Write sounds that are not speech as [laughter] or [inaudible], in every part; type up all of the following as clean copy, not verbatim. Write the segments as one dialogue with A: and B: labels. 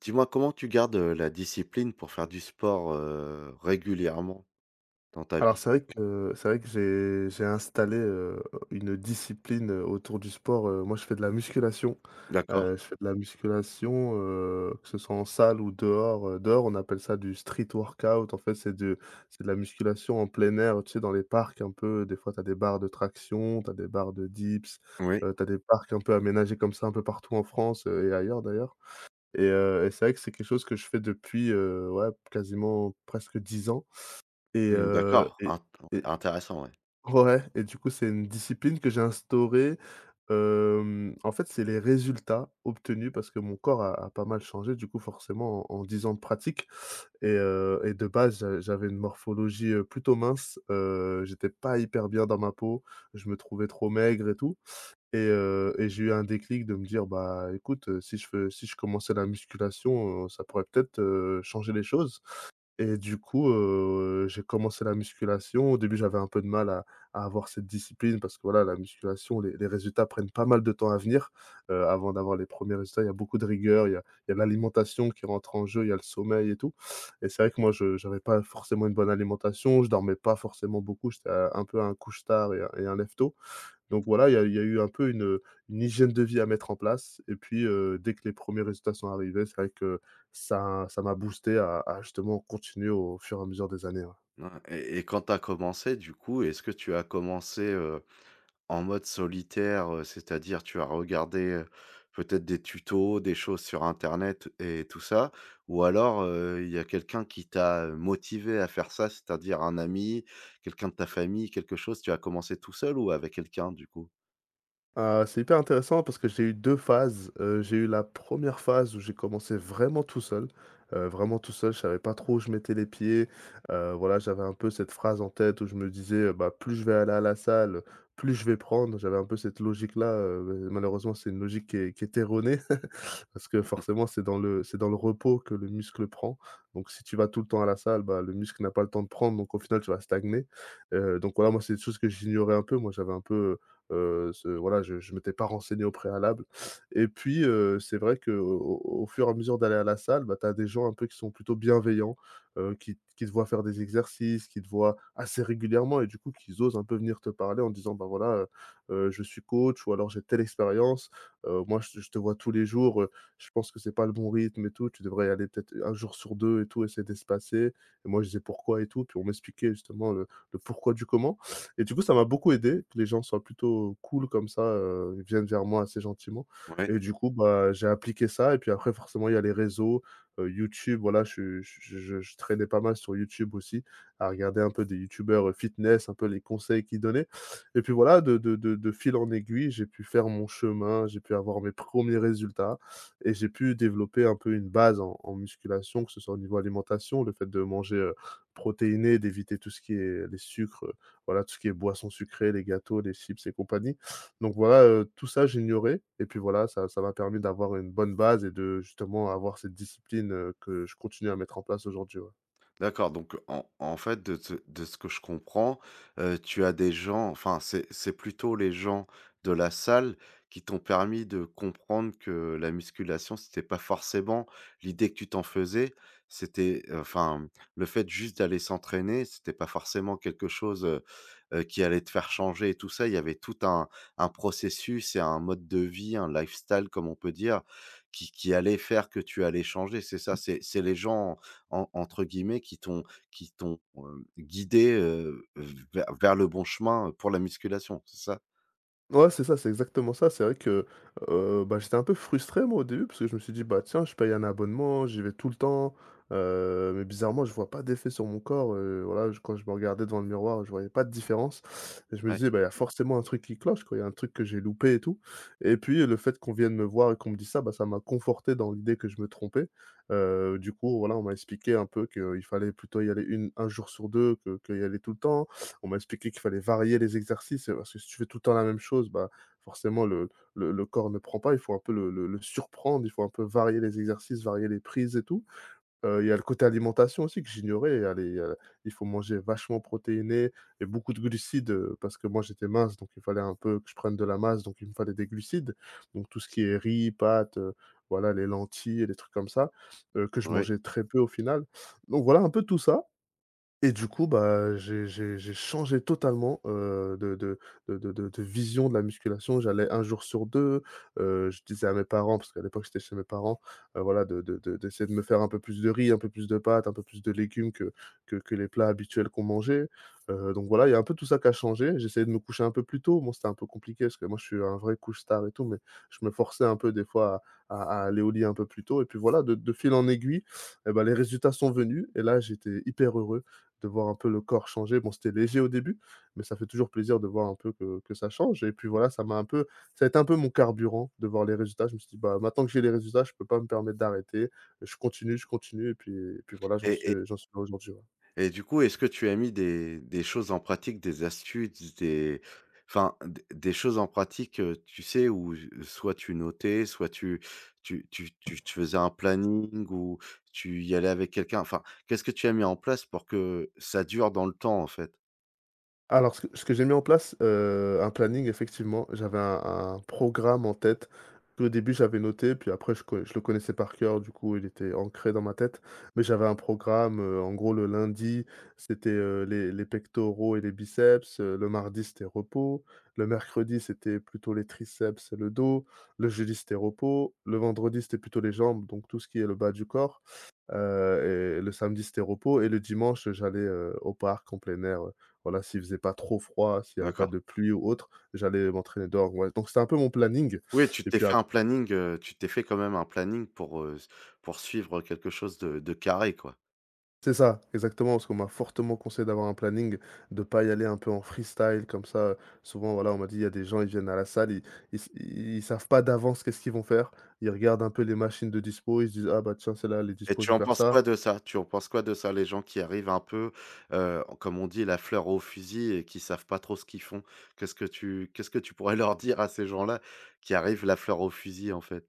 A: Dis-moi, comment tu gardes, la discipline pour faire du sport, régulièrement dans ta
B: Alors
A: vie?
B: c'est vrai que c'est vrai que j'ai installé, une discipline, autour du sport. Moi, je fais de la musculation,
A: D'accord.
B: je fais de la musculation, que ce soit en salle ou dehors. Dehors, on appelle ça du street workout. En fait, c'est de la musculation en plein air. Tu sais, dans les parcs un peu, des fois tu as des barres de traction, tu as des barres de dips,
A: Oui.
B: tu as des parcs un peu aménagés comme ça un peu partout en France, et ailleurs d'ailleurs. Et c'est vrai que c'est quelque chose que je fais depuis, ouais, quasiment presque 10 ans et
A: Mmh,
B: heu
A: d'accord.
B: et et
A: Intéressant, ouais.
B: ouais. Et du coup, c'est une discipline que j'ai instaurée. En fait, c'est les résultats obtenus parce que mon corps a pas mal changé, du coup, forcément, en 10 ans de pratique. Et de base, j'avais une morphologie, plutôt mince. J'étais pas hyper bien dans ma peau, je me trouvais trop maigre et tout. Et j'ai eu un déclic de me dire: «Bah, écoute, si je commençais la musculation, ça pourrait peut-être, changer les choses.» Et du coup, j'ai commencé la musculation. Au début, j'avais un peu de mal à avoir cette discipline parce que voilà, la musculation, les résultats prennent pas mal de temps à venir. Avant d'avoir les premiers résultats, il y a beaucoup de rigueur, il y a l'alimentation qui rentre en jeu, il y a le sommeil et tout. Et c'est vrai que moi, je j'avais pas forcément une bonne alimentation, je dormais pas forcément beaucoup, j'étais un peu un couche-tard et un lève-tôt. Donc voilà, il y a eu un peu une hygiène de vie à mettre en place et puis, dès que les premiers résultats sont arrivés, c'est vrai que ça m'a boosté à justement continuer au fur et à mesure des années, ouais.
A: Ouais, et quand tu as commencé, du coup, est-ce que tu as commencé, en mode solitaire, c'est-à-dire tu as regardé, peut-être des tutos, des choses sur internet et tout ça? Ou alors, il y a quelqu'un qui t'a motivé à faire ça, c'est-à-dire un ami, quelqu'un de ta famille, quelque chose? Tu as commencé tout seul ou avec quelqu'un, du coup?
B: C'est hyper intéressant parce que j'ai eu 2 phases. J'ai eu la première phase où j'ai commencé vraiment tout seul, je savais pas trop où je mettais les pieds. Voilà, j'avais un peu cette phrase en tête où je me disais: «Bah, plus je vais aller à la salle, plus je vais prendre.» J'avais un peu cette logique-là. Malheureusement, c'est une logique qui est erronée parce que forcément, c'est dans le repos que le muscle prend. Donc si tu vas tout le temps à la salle, bah, le muscle n'a pas le temps de prendre, donc au final, tu vas stagner. Donc voilà, moi, c'est des choses que j'ignorais un peu. Moi, j'avais un peu, ce voilà, je m'étais pas renseigné au préalable. Et puis, c'est vrai que au fur et à mesure d'aller à la salle, bah, tu as des gens un peu qui sont plutôt bienveillants, qui te voient faire des exercices, qui te voient assez régulièrement et du coup, qui osent un peu venir te parler en disant: «Bah, voilà, je suis coach», ou alors: «J'ai telle expérience, moi, je te vois tous les jours, je pense que c'est pas le bon rythme et tout, tu devrais y aller peut-être un jour sur 2 et tout, essayer d'espacer.» Et moi je disais: «Pourquoi?» et tout, puis on m'expliquait justement le pourquoi du comment. Et du coup, ça m'a beaucoup aidé que les gens soient plutôt cool comme ça. Ils viennent vers moi assez gentiment,
A: Oui.
B: et du coup, bah, j'ai appliqué ça. Et puis, après, forcément, il y a les réseaux, YouTube. Voilà, je traînais pas mal sur YouTube aussi, à regarder un peu des youtubeurs, fitness, un peu les conseils qu'ils donnaient. Et puis voilà, de fil en aiguille, j'ai pu faire mon chemin, j'ai pu avoir mes premiers résultats et j'ai pu développer un peu une base en musculation, que ce soit au niveau alimentation, le fait de manger, protéiné, d'éviter tout ce qui est les sucres, voilà, tout ce qui est boissons sucrées, les gâteaux, les chips et compagnie. Donc voilà, tout ça j'ignorais. Et puis voilà, ça m'a permis d'avoir une bonne base et de justement avoir cette discipline, que je continue à mettre en place aujourd'hui, ouais.
A: D'accord, donc en fait, de ce que je comprends, tu as des gens enfin, c'est plutôt les gens de la salle qui t'ont permis de comprendre que la musculation, c'était pas forcément l'idée que tu t'en faisais. C'était enfin, le fait juste d'aller s'entraîner, c'était pas forcément quelque chose, qui allait te faire changer et tout ça. Il y avait tout un processus et un mode de vie, un lifestyle, comme on peut dire, qui allait faire que tu allais changer, c'est ça? C'est les gens, en entre guillemets, qui t'ont guidé, vers le bon chemin pour la musculation, c'est ça?
B: Ouais, c'est ça, c'est exactement ça. C'est vrai que, bah, j'étais un peu frustré moi au début parce que je me suis dit: «Bah, tiens, je paye un abonnement, j'y vais tout le temps, mais bizarrement je vois pas d'effet sur mon corps.» Voilà, je quand je me regardais devant le miroir, je voyais pas de différence et je me
A: Ouais,
B: disais: «Bah, il y a forcément un truc qui cloche quoi, il y a un truc que j'ai loupé et tout.» Et puis le fait qu'on vienne me voir et qu'on me dise ça, bah, ça m'a conforté dans l'idée que je me trompais. Du coup, voilà, on m'a expliqué un peu qu'il fallait plutôt y aller une un jour sur 2 que y aller tout le temps. On m'a expliqué qu'il fallait varier les exercices, parce que si tu fais tout le temps la même chose, bah, forcément le corps ne prend pas. Il faut un peu le surprendre, il faut un peu varier les exercices, varier les prises et tout. Il y a le côté alimentation aussi que j'ignorais, elle est, il faut manger vachement protéiné et beaucoup de glucides, parce que moi j'étais mince, donc il fallait un peu que je prenne de la masse, donc il me fallait des glucides. Donc tout ce qui est riz, pâtes, voilà les lentilles et les trucs comme ça, que je
A: ouais
B: mangeais très peu au final. Donc voilà un peu tout ça, et du coup, bah, j'ai changé totalement, de vision de la musculation. J'allais un jour sur 2. Je disais à mes parents, parce qu'à l'époque j'étais chez mes parents, voilà, de d'essayer de me faire un peu plus de riz, un peu plus de pâtes, un peu plus de légumes que les plats habituels qu'on mangeait. Donc voilà, il y a un peu tout ça qui a changé. J'essayais de me coucher un peu plus tôt. Bon, c'était un peu compliqué parce que moi, je suis un vrai couche-tard et tout, mais je me forçais un peu des fois à aller au lit un peu plus tôt. Et puis voilà, de fil en aiguille et bah, les résultats sont venus et là, j'étais hyper heureux de voir un peu le corps changer. Bon, c'était léger au début, mais ça fait toujours plaisir de voir un peu que ça change. Et puis voilà, ça a été un peu mon carburant de voir les résultats. Je me suis dit: «Bah, maintenant que j'ai les résultats, je peux pas me permettre d'arrêter. Je continue, je continue.» Et puis voilà,
A: et et
B: j'en suis là aujourd'hui, ouais.
A: et du coup, est-ce que tu as mis des choses en pratique, des astuces, des enfin, d des choses en pratique, tu sais, où soit tu notais, soit tu tu faisais un planning ou tu y allais avec quelqu'un? Enfin, qu'est-ce que tu as mis en place pour que ça dure dans le temps, en fait?
B: Alors, ce que j'ai mis en place, un planning effectivement, j'avais un programme en tête qu'au début j'avais noté, puis après je le connaissais par cœur, du coup, il était ancré dans ma tête. Mais j'avais un programme, en gros le lundi, c'était, les pectoraux et les biceps, le mardi, c'était repos, le mercredi, c'était plutôt les triceps et le dos, le jeudi, c'était repos, le vendredi, c'était plutôt les jambes, donc tout ce qui est le bas du corps, et le samedi, c'était repos, et le dimanche, j'allais, au parc en plein air, voilà, s'il faisait pas trop froid, s'il y avait pas
A: D'accord.
B: de pluie ou autre, j'allais m'entraîner dehors, ouais. Donc c'était un peu mon planning,
A: Oui, tu
B: et
A: t'es
B: puis
A: fait
B: ap
A: un planning, tu t'es fait quand même un planning pour, s pour suivre quelque chose de carré, quoi.
B: c'est ça, exactement, parce qu'on m'a fortement conseillé d'avoir un planning, de pas y aller un peu en freestyle comme ça. Souvent, voilà, on m'a dit: «Il y a des gens, ils viennent à la salle, ils ils s ils ils savent pas d'avance qu'est-ce qu'ils vont faire. Ils regardent un peu les machines de dispos, ils se disent: "Ah bah tiens, celle-là, elle est
A: Et
B: dispo,
A: tu
B: je vais
A: en
B: faire
A: penses
B: ça".»
A: quoi de ça? Tu en penses quoi de ça, les gens qui arrivent un peu, comme on dit, la fleur au fusil et qui savent pas trop ce qu'ils font? Qu'est-ce que tu pourrais [laughs] leur dire à ces gens-là qui arrivent la fleur au fusil, en fait?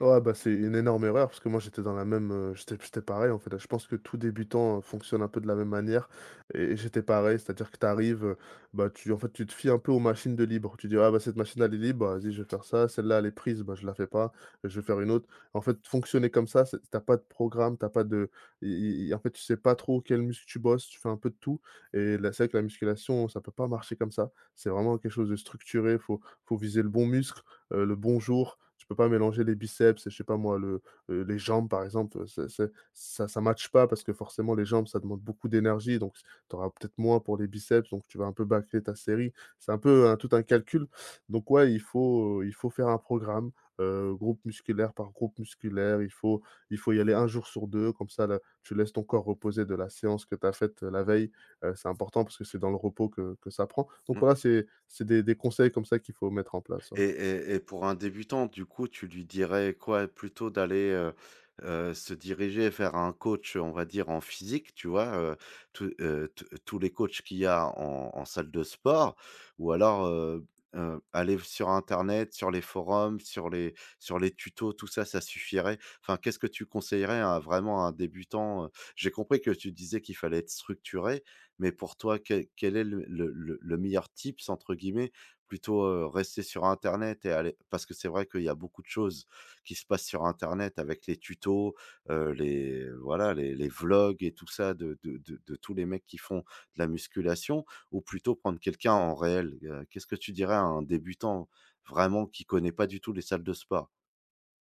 B: Ouais, bah, c'est une énorme erreur parce que moi j'étais dans la même, j'étais pareil en fait. Je pense que tout débutant, fonctionne un peu de la même manière et j'étais pareil, c'est-à-dire que tu arrives, bah, tu en fait, tu te fies un peu aux machines de libre. Tu dis: «Ah, bah, cette machine elle est libre, vas-y je vais faire ça, celle-là elle est prise, bah, je la fais pas, je vais faire une autre». En fait, fonctionner comme ça, c'est tu pas de programme, t'as pas de i i i en fait, tu sais pas trop quel muscle tu bosses, tu fais un peu de tout et là, c'est vrai que la musculation, ça peut pas marcher comme ça. C'est vraiment quelque chose de structuré, faut viser le bon muscle, le bonjour, tu peux pas mélanger les biceps et je sais pas moi le, les jambes par exemple, c'est ça matche pas parce que forcément les jambes ça demande beaucoup d'énergie donc tu auras peut-être moins pour les biceps donc tu vas un peu bâcler ta série. C'est un peu un tout un calcul donc ouais, il faut faire un programme, groupe musculaire par groupe musculaire. Il faut y aller un jour sur 2 comme ça là, tu laisses ton corps reposer de la séance que tu as faite, la veille. C'est important parce que c'est dans le repos que ça prend donc voilà, c'est des conseils comme ça qu'il faut mettre en place, ouais.
A: Et pour un débutant, du coup, tu lui dirais quoi? Plutôt d'aller, se diriger vers un coach, on va dire, en physique, tu vois? Tous t tous les coachs qu'il y a en salle de sport ou alors, aller sur internet, sur les forums, sur les tutos, tout ça, ça suffirait? Enfin, qu'est-ce que tu conseillerais à vraiment un débutant, heu? J'ai compris que tu disais qu'il fallait être structuré, mais pour toi, quel est le «meilleur tips» entre guillemets. Plutôt, rester sur internet et aller parce que c'est vrai qu'il y a beaucoup de choses qui se passent sur internet avec les tutos, les voilà, les vlogs et tout ça de tous les mecs qui font de la musculation ou plutôt prendre quelqu'un en réel. Qu'est-ce que tu dirais à un débutant vraiment qui connaît pas du tout les salles de spa?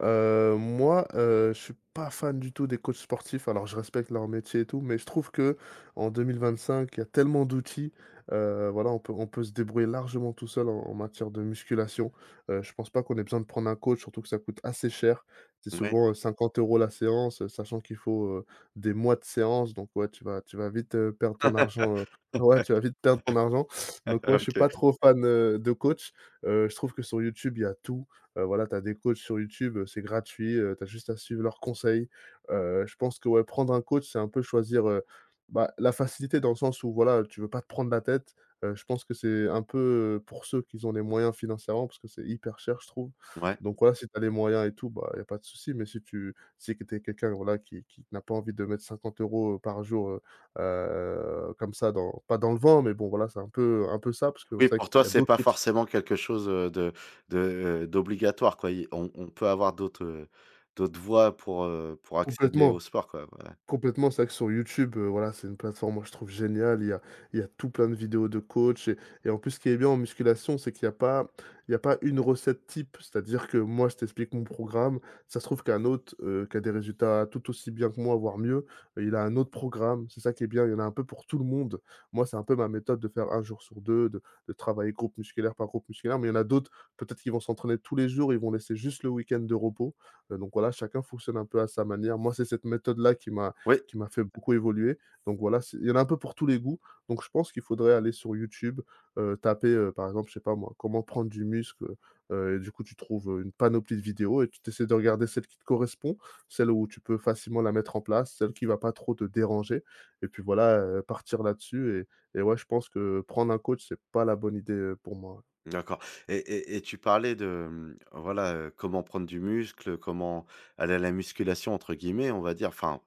B: Moi, je suis pas fan du tout des coachs sportifs. Alors je respecte leur métier et tout, mais je trouve que en 2025, il y a tellement d'outils, voilà, on peut se débrouiller largement tout seul en matière de musculation. Je pense pas qu'on ait besoin de prendre un coach, surtout que ça coûte assez cher. C'est
A: Ouais.
B: souvent, 50 € la séance, sachant qu'il faut, des mois de séances. Donc ouais, tu vas vite, perdre ton argent, [laughs] ouais, tu vas vite perdre ton argent.
A: [laughs]
B: Donc ouais, je suis
A: OK.
B: pas trop fan, de coach. Je trouve que sur YouTube, il y a tout. Voilà, tu as des coachs sur YouTube, c'est gratuit, tu as juste à suivre leurs conseils. Je pense que, ouais, prendre un coach, c'est un peu choisir, bah, la facilité dans le sens où, voilà, tu veux pas te prendre la tête. Je pense que c'est un peu, pour ceux qui ont les moyens financièrement parce que c'est hyper cher, je trouve.
A: Ouais.
B: Donc voilà, si tu as les moyens et tout, bah, il y a pas de souci, mais si tu es quelqu'un, voilà, qui n'a pas envie de mettre 50 € par jour, comme ça dans pas dans le vent, mais bon, voilà, c'est un peu ça parce que
A: Oui,
B: c'est vrai
A: pour
B: qu'il
A: toi,
B: y a
A: c'est pas
B: d'autres outils
A: forcément quelque chose, de d'obligatoire, quoi. Il on peut avoir d'autres, d'autres voies pour accéder au
B: complètement.
A: sport, quoi. Ouais.
B: Complètement, c'est vrai que sur YouTube, voilà, c'est une plateforme, moi, je trouve géniale. Il y a tout plein de vidéos de coach et en plus, ce qui est bien en musculation, c'est qu'il y a pas une recette type. C'est-à-dire que moi, je t'explique mon programme. Ça se trouve qu'un autre, qui a des résultats tout aussi bien que moi, voire mieux, il a un autre programme. C'est ça qui est bien, il y en a un peu pour tout le monde. Moi, c'est un peu ma méthode de faire un jour sur 2 de travailler groupe musculaire par groupe musculaire, mais il y en a d'autres, peut-être qu'ils vont s'entraîner tous les jours, ils vont laisser juste le week-end de repos, donc voilà, chacun fonctionne un peu à sa manière. Moi, c'est cette méthode-là qui m'a
A: Oui.
B: qui m'a fait beaucoup évoluer. Donc voilà, c'est il y en a un peu pour tous les goûts. Donc je pense qu'il faudrait aller sur YouTube, taper, par exemple, je sais pas moi, comment prendre du muscle, et du coup, tu trouves, une panoplie de vidéos et tu essaies de regarder celle qui te correspond, celle où tu peux facilement la mettre en place, celle qui va pas trop te déranger et puis voilà, partir là-dessus et ouais, je pense que prendre un coach, c'est pas la bonne idée, pour moi.
A: D'accord, et tu parlais de, mmh, voilà, comment «prendre du muscle», comment «aller à la musculation» entre guillemets, on va dire, enfin,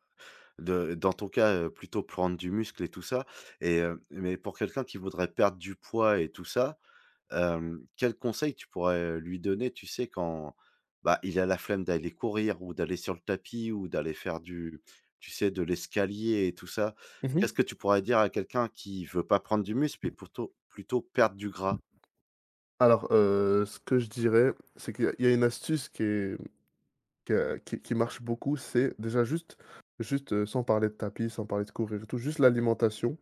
A: de dans ton cas, plutôt prendre du muscle et tout ça et mais pour quelqu'un qui voudrait perdre du poids et tout ça, quels conseils tu pourrais lui donner, tu sais, quand, bah, il a la flemme d'aller courir ou d'aller sur le tapis ou d'aller faire du tu sais, de l'escalier et tout ça?
B: Mmh.
A: Qu'est-ce que tu pourrais dire à quelqu'un qui veut pas prendre du muscle mais plutôt perdre du gras?
B: Alors, ce que je dirais, c'est qu'il y a une astuce qui est que qui marche beaucoup, c'est déjà juste, sans parler de tapis, sans parler de courir et tout, juste l'alimentation.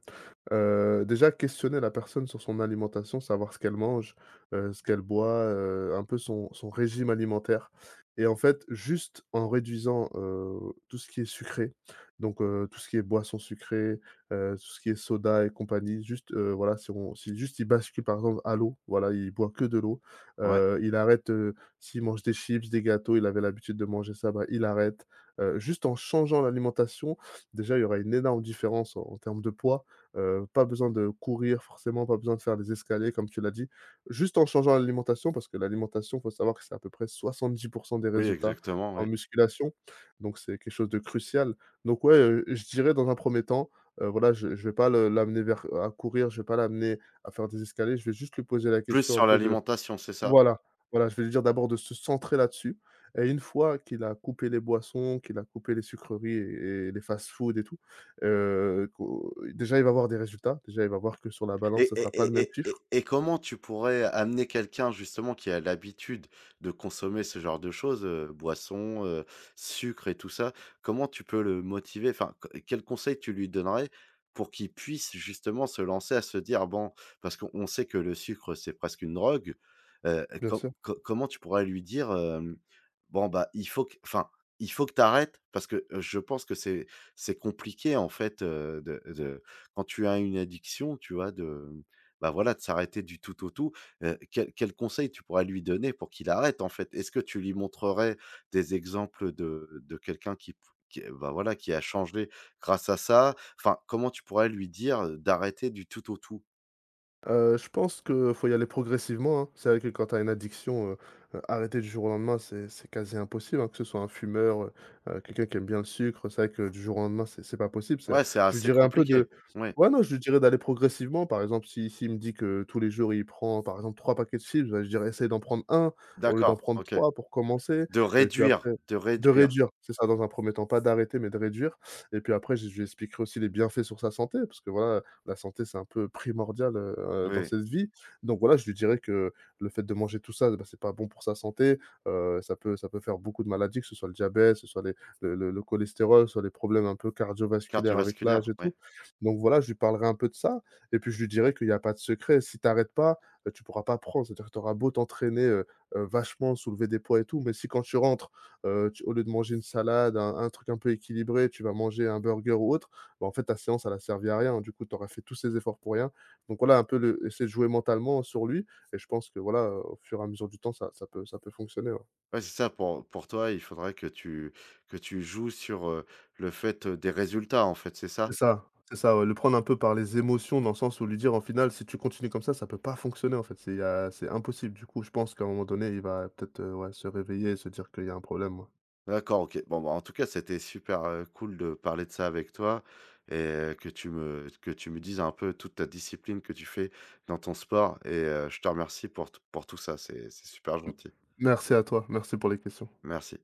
B: Déjà questionner la personne sur son alimentation, savoir ce qu'elle mange, ce qu'elle boit, un peu son régime alimentaire et en fait, juste en réduisant, tout ce qui est sucré, donc tout ce qui est boisson sucrée, tout ce qui est soda et compagnie, juste, voilà, si on si juste il bascule par exemple à l'eau, voilà, il boit que de l'eau,
A: Ouais.
B: il arrête, s'il mange des chips, des gâteaux, il avait l'habitude de manger ça, bah, il arrête. Juste en changeant l'alimentation, déjà il y aura une énorme différence en termes de poids. Pas besoin de courir forcément, pas besoin de faire des escaliers comme tu l'as dit. Juste en changeant l'alimentation parce que l'alimentation, il faut savoir que c'est à peu près soixante-dix pour cent des
A: Oui,
B: résultats
A: exactement,
B: en
A: oui.
B: musculation, donc c'est quelque chose de crucial. Donc ouais, je dirais dans un premier temps, voilà, je vais pas le l'amener vers à courir, je ne vais pas l'amener à faire des escaliers, je vais juste lui poser la
A: Plus
B: question un
A: sur
B: peu de
A: l'alimentation, c'est ça?
B: voilà, voilà, je vais lui dire d'abord de se centrer là-dessus et une fois qu'il a coupé les boissons, qu'il a coupé les sucreries et les fast-food et tout, qu'au déjà il va voir des résultats, déjà il va voir que sur la
A: Et
B: balance, ça
A: et
B: sera pas le
A: et
B: même
A: et et
B: chiffre,
A: et comment tu pourrais amener quelqu'un justement qui a l'habitude de consommer ce genre de choses, boissons, sucre et tout ça, comment tu peux le motiver? Enfin, co quels conseils tu lui donnerais pour qu'il puisse justement se lancer à se dire: «Bon» parce qu'on sait que le sucre, c'est presque une drogue,
B: bien
A: com
B: sûr.
A: co comment tu pourrais lui dire, hem: «Bon, bah, il faut que enfin, il faut que tu arrêtes» parce que je pense que c'est compliqué en fait, de quand tu as une addiction, tu vois, de bah, voilà, de s'arrêter du tout au tout, quel conseil tu pourrais lui donner pour qu'il arrête, en fait? Est-ce que tu lui montrerais des exemples de quelqu'un qui p qui, bah, voilà, qui a changé grâce à ça? Enfin, comment tu pourrais lui dire, d'arrêter du tout au tout?
B: Je pense que faut y aller progressivement, hein. C'est vrai que quand tu as une addiction, arrêter du jour au lendemain, c'est quasi impossible, hein, que ce soit un fumeur, quelqu'un qui aime bien le sucre, c'est vrai que du jour au lendemain, c'est pas possible. C'est
A: Ouais, c'est
B: je lui
A: assez
B: dirais un peu de
A: compliqué. Ouais,
B: ouais, non, je lui dirais d'aller progressivement. Par exemple, si s'il me dit que tous les jours, il prend, par exemple, 3 paquets de chips, bah, je dirais: «Essaye d'en prendre un au lieu d'en
A: d'accord,
B: prendre
A: OK.
B: 3 pour commencer» et puis après
A: De
B: de
A: réduire,
B: réduire, c'est ça, dans un premier temps, pas d'arrêter, mais de réduire et puis après, je lui expliquerai aussi les bienfaits sur sa santé parce que voilà, la santé, c'est un peu primordial, dans
A: oui,
B: cette vie. Donc voilà, je lui dirais que le fait de manger tout ça, bah, c'est pas bon pour sa santé, ça peut faire beaucoup de maladies, que ce soit le diabète, que ce soit les le cholestérol, que ce soit les problèmes un peu cardiovasculaires avec l'âge
A: cardiovasculaire,
B: et
A: oui.
B: tout. Donc voilà, je lui parlerai un peu de ça et puis je lui dirais qu'il y a pas de secret. Si tu arrêtes pas, tu pourras pas prendre. C'est-à-dire que tu auras beau t'entraîner, vachement, soulever des poids et tout, mais si quand tu rentres, tu au lieu de manger une salade, un truc un peu équilibré, tu vas manger un burger ou autre, bah, en fait, ta séance, elle a servi à rien. Du coup, tu auras fait tous ces efforts pour rien. Donc voilà, un peu le essayer de jouer mentalement sur lui et je pense que voilà, au fur et à mesure du temps, ça peut fonctionner, ouais.
A: Ouais, c'est ça, pour toi, il faudrait que tu joues sur, le fait, des résultats, en fait, c'est ça?
B: C'est ça, ouais, le prendre un peu par les émotions dans le sens où lui dire: «En final, si tu continues comme ça peut pas fonctionner en fait, c'est impossible». Du coup, je pense qu'à un moment donné, il va peut-être, ouais, se réveiller et se dire qu'il y a un problème, ouais.
A: D'accord, OK. Bon, bah, en tout cas, c'était super, cool de parler de ça avec toi et que tu me dises un peu toute ta discipline que tu fais dans ton sport et je te remercie pour t pour tout ça. C'est super
B: M
A: gentil.
B: Merci à toi, merci pour les questions.
A: Merci.